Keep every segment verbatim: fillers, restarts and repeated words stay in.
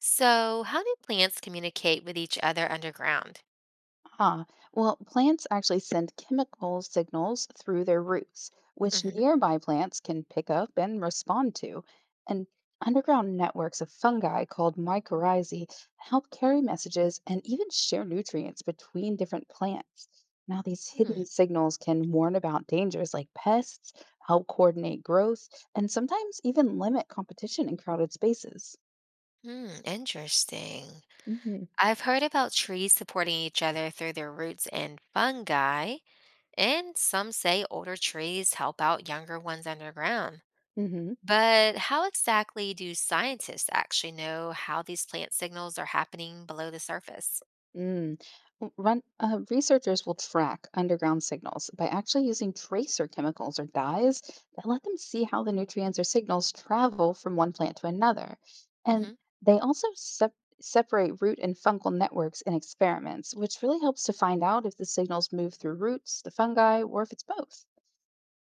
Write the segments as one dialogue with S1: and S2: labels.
S1: So, how do plants communicate with each other underground?
S2: Ah, well, plants actually send chemical signals through their roots, which
S1: Hmm.
S2: nearby plants can pick up and respond to. And underground networks of fungi called mycorrhizae help carry messages and even share nutrients between different plants. Now, these hidden signals can warn about dangers like pests, help coordinate growth, and sometimes even limit competition in crowded spaces.
S1: Hmm, interesting.
S2: hmm
S1: I've heard about trees supporting each other through their roots and fungi, and some say older trees help out younger ones underground.
S2: hmm
S1: But how exactly do scientists actually know how these plant signals are happening below the surface?
S2: Mm. W- Run, uh, researchers will track underground signals by actually using tracer chemicals or dyes that let them see how the nutrients or signals travel from one plant to another. And
S1: Hmm.
S2: they also sep- separate root and fungal networks in experiments, which really helps to find out if the signals move through roots, the fungi, or if it's both.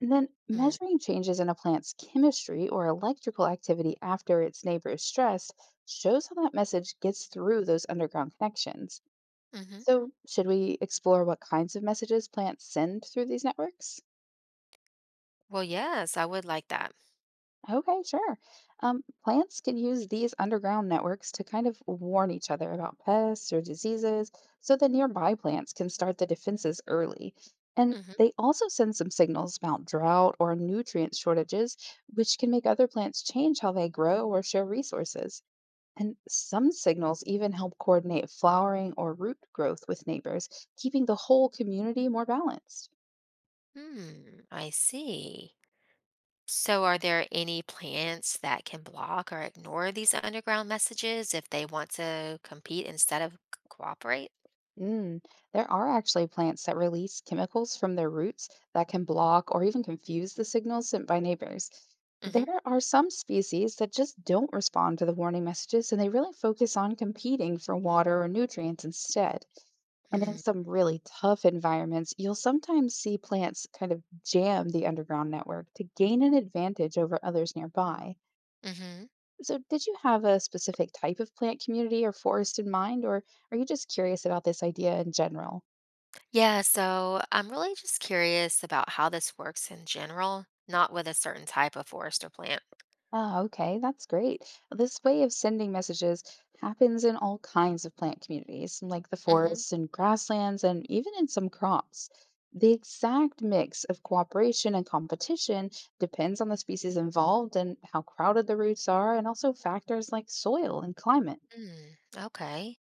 S2: And then measuring changes in a plant's chemistry or electrical activity after its neighbor is stressed shows how that message gets through those underground connections.
S1: Mm-hmm.
S2: So, should we explore what kinds of messages plants send through these networks?
S1: Well, yes, I would like that.
S2: Okay, sure. Um, plants can use these underground networks to kind of warn each other about pests or diseases so the nearby plants can start the defenses early. And
S1: Hmm.
S2: they also send some signals about drought or nutrient shortages, which can make other plants change how they grow or share resources. And some signals even help coordinate flowering or root growth with neighbors, keeping the whole community more balanced.
S1: Hmm, I see. So, are there any plants that can block or ignore these underground messages if they want to compete instead of c- cooperate?
S2: Mm, there are actually plants that release chemicals from their roots that can block or even confuse the signals sent by neighbors.
S1: Hmm.
S2: There are some species that just don't respond to the warning messages and they really focus on competing for water or nutrients instead. And in
S1: Mm,
S2: some really tough environments, you'll sometimes see plants kind of jam the underground network to gain an advantage over others nearby.
S1: mhm.
S2: So, did you have a specific type of plant community or forest in mind, or are you just curious about this idea in general?
S1: Yeah, so I'm really just curious about how this works in general, not with a certain type of forest or plant.
S2: Ah, okay, that's great. This way of sending messages happens in all kinds of plant communities, like the
S1: Hmm.
S2: forests and grasslands, and even in some crops. The exact mix of cooperation and competition depends on the species involved and how crowded the roots are, and also factors like soil and climate.
S1: Mm, okay.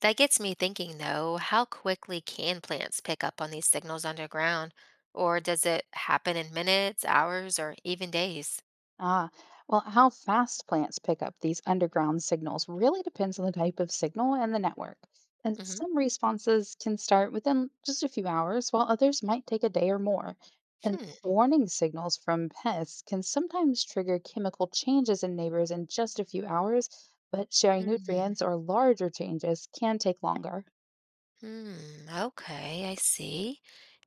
S1: That gets me thinking, though, how quickly can plants pick up on these signals underground? Or does it happen in minutes, hours, or even days?
S2: Ah, well, how fast plants pick up these underground signals really depends on the type of signal and the network. And
S1: Hmm.
S2: some responses can start within just a few hours, while others might take a day or more. And warning signals from pests can sometimes trigger chemical changes in neighbors in just a few hours, but sharing
S1: Hmm.
S2: nutrients or larger changes can take longer.
S1: Hmm, okay, I see.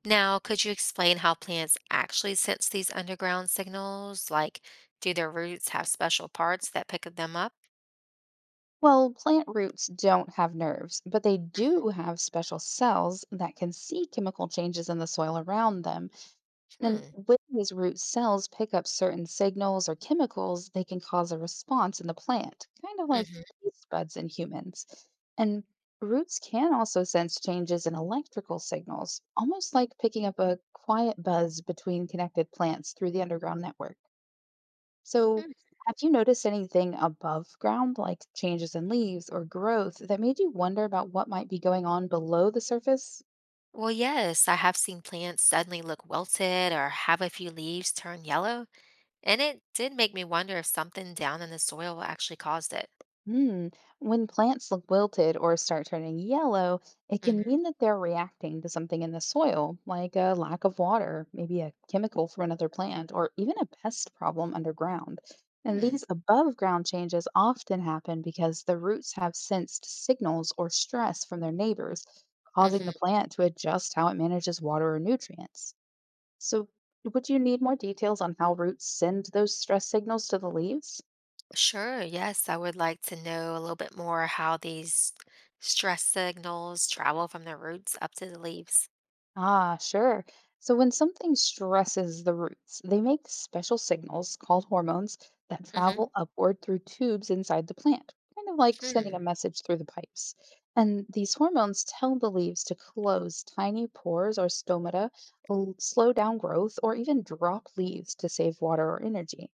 S1: Now, could you explain how plants actually sense these underground signals? Like, do their roots have special parts that pick them up?
S2: Well, plant roots don't have nerves, but they do have special cells that can see chemical changes in the soil around them. And
S1: Hmm.
S2: when these root cells pick up certain signals or chemicals, they can cause a response in the plant, kind of like
S1: Mm-hmm.
S2: taste buds in humans. And roots can also sense changes in electrical signals, almost like picking up a quiet buzz between connected plants through the underground network. So, have you noticed anything above ground, like changes in leaves or growth, that made you wonder about what might be going on below the surface?
S1: Well, yes, I have seen plants suddenly look wilted or have a few leaves turn yellow, and it did make me wonder if something down in the soil actually caused it.
S2: Mm. When plants look wilted or start turning yellow, it can
S1: Mm-hmm.
S2: mean that they're reacting to something in the soil, like a lack of water, maybe a chemical from another plant, or even a pest problem underground. And
S1: Hmm.
S2: these above ground changes often happen because the roots have sensed signals or stress from their neighbors, causing
S1: Mm-hmm.
S2: the plant to adjust how it manages water or nutrients. So, would you need more details on how roots send those stress signals to the leaves?
S1: Sure, yes, I would like to know a little bit more how these stress signals travel from the roots up to the leaves.
S2: Ah, sure. So when something stresses the roots, they make special signals called hormones that
S1: Hmm.
S2: travel upward through tubes inside the plant, kind of like sending
S1: Hmm.
S2: a message through the pipes. And these hormones tell the leaves to close tiny pores or stomata, l- slow down growth, or even drop leaves to save water or energy.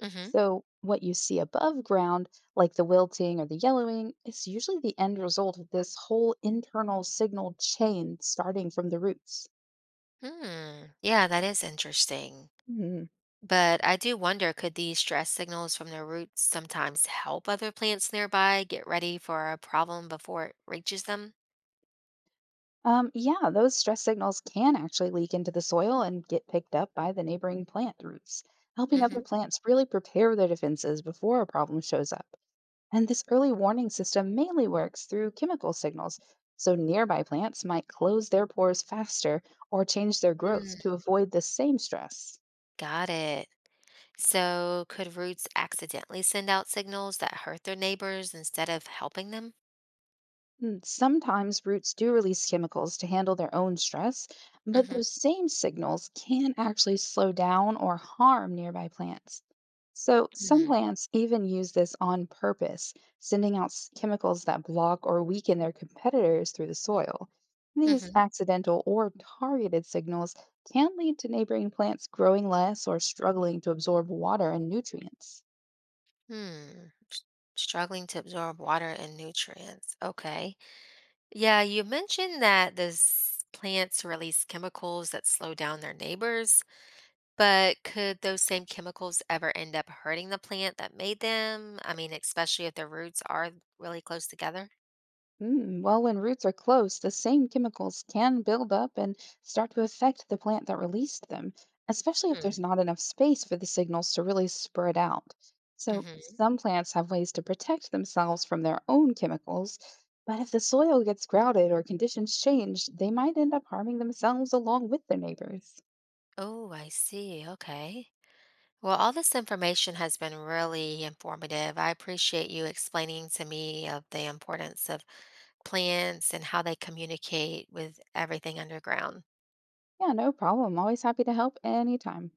S1: Hmm.
S2: So what you see above ground, like the wilting or the yellowing, is usually the end result of this whole internal signal chain starting from the roots.
S1: Hmm. Yeah, that is interesting.
S2: Mhm.
S1: But I do wonder, could these stress signals from the roots sometimes help other plants nearby get ready for a problem before it reaches them?
S2: Um, yeah, those stress signals can actually leak into the soil and get picked up by the neighboring plant roots, helping other
S1: Hmm.
S2: plants really prepare their defenses before a problem shows up. And this early warning system mainly works through chemical signals, so nearby plants might close their pores faster or change their growth
S1: Mm,
S2: to avoid the same stress.
S1: got it. So could roots accidentally send out signals that hurt their neighbors instead of helping them?
S2: Mm, sometimes roots do release chemicals to handle their own stress, but
S1: Mm-hmm.
S2: those same signals can actually slow down or harm nearby plants. So, some
S1: Mm-hmm.
S2: plants even use this on purpose, sending out s- chemicals that block or weaken their competitors through the soil. These accidental or targeted signals can lead to neighboring plants growing less or struggling to absorb water and nutrients.
S1: Mm-hmm. Struggling to absorb water and nutrients. Okay. Yeah, you mentioned that those plants release chemicals that slow down their neighbors, but could those same chemicals ever end up hurting the plant that made them? I mean, especially if their roots are really close together?
S2: Mm, well, when roots are close, the same chemicals can build up and start to affect the plant that released them, especially if
S1: Hmm.
S2: there's not enough space for the signals to really spread out. So,
S1: Hmm.
S2: some plants have ways to protect themselves from their own chemicals, but if the soil gets crowded or conditions change, they might end up harming themselves along with their neighbors.
S1: Oh, I see. Okay. Well, all this information has been really informative. I appreciate you explaining to me of the importance of plants and how they communicate with everything underground.
S2: Yeah, no problem. Always happy to help anytime.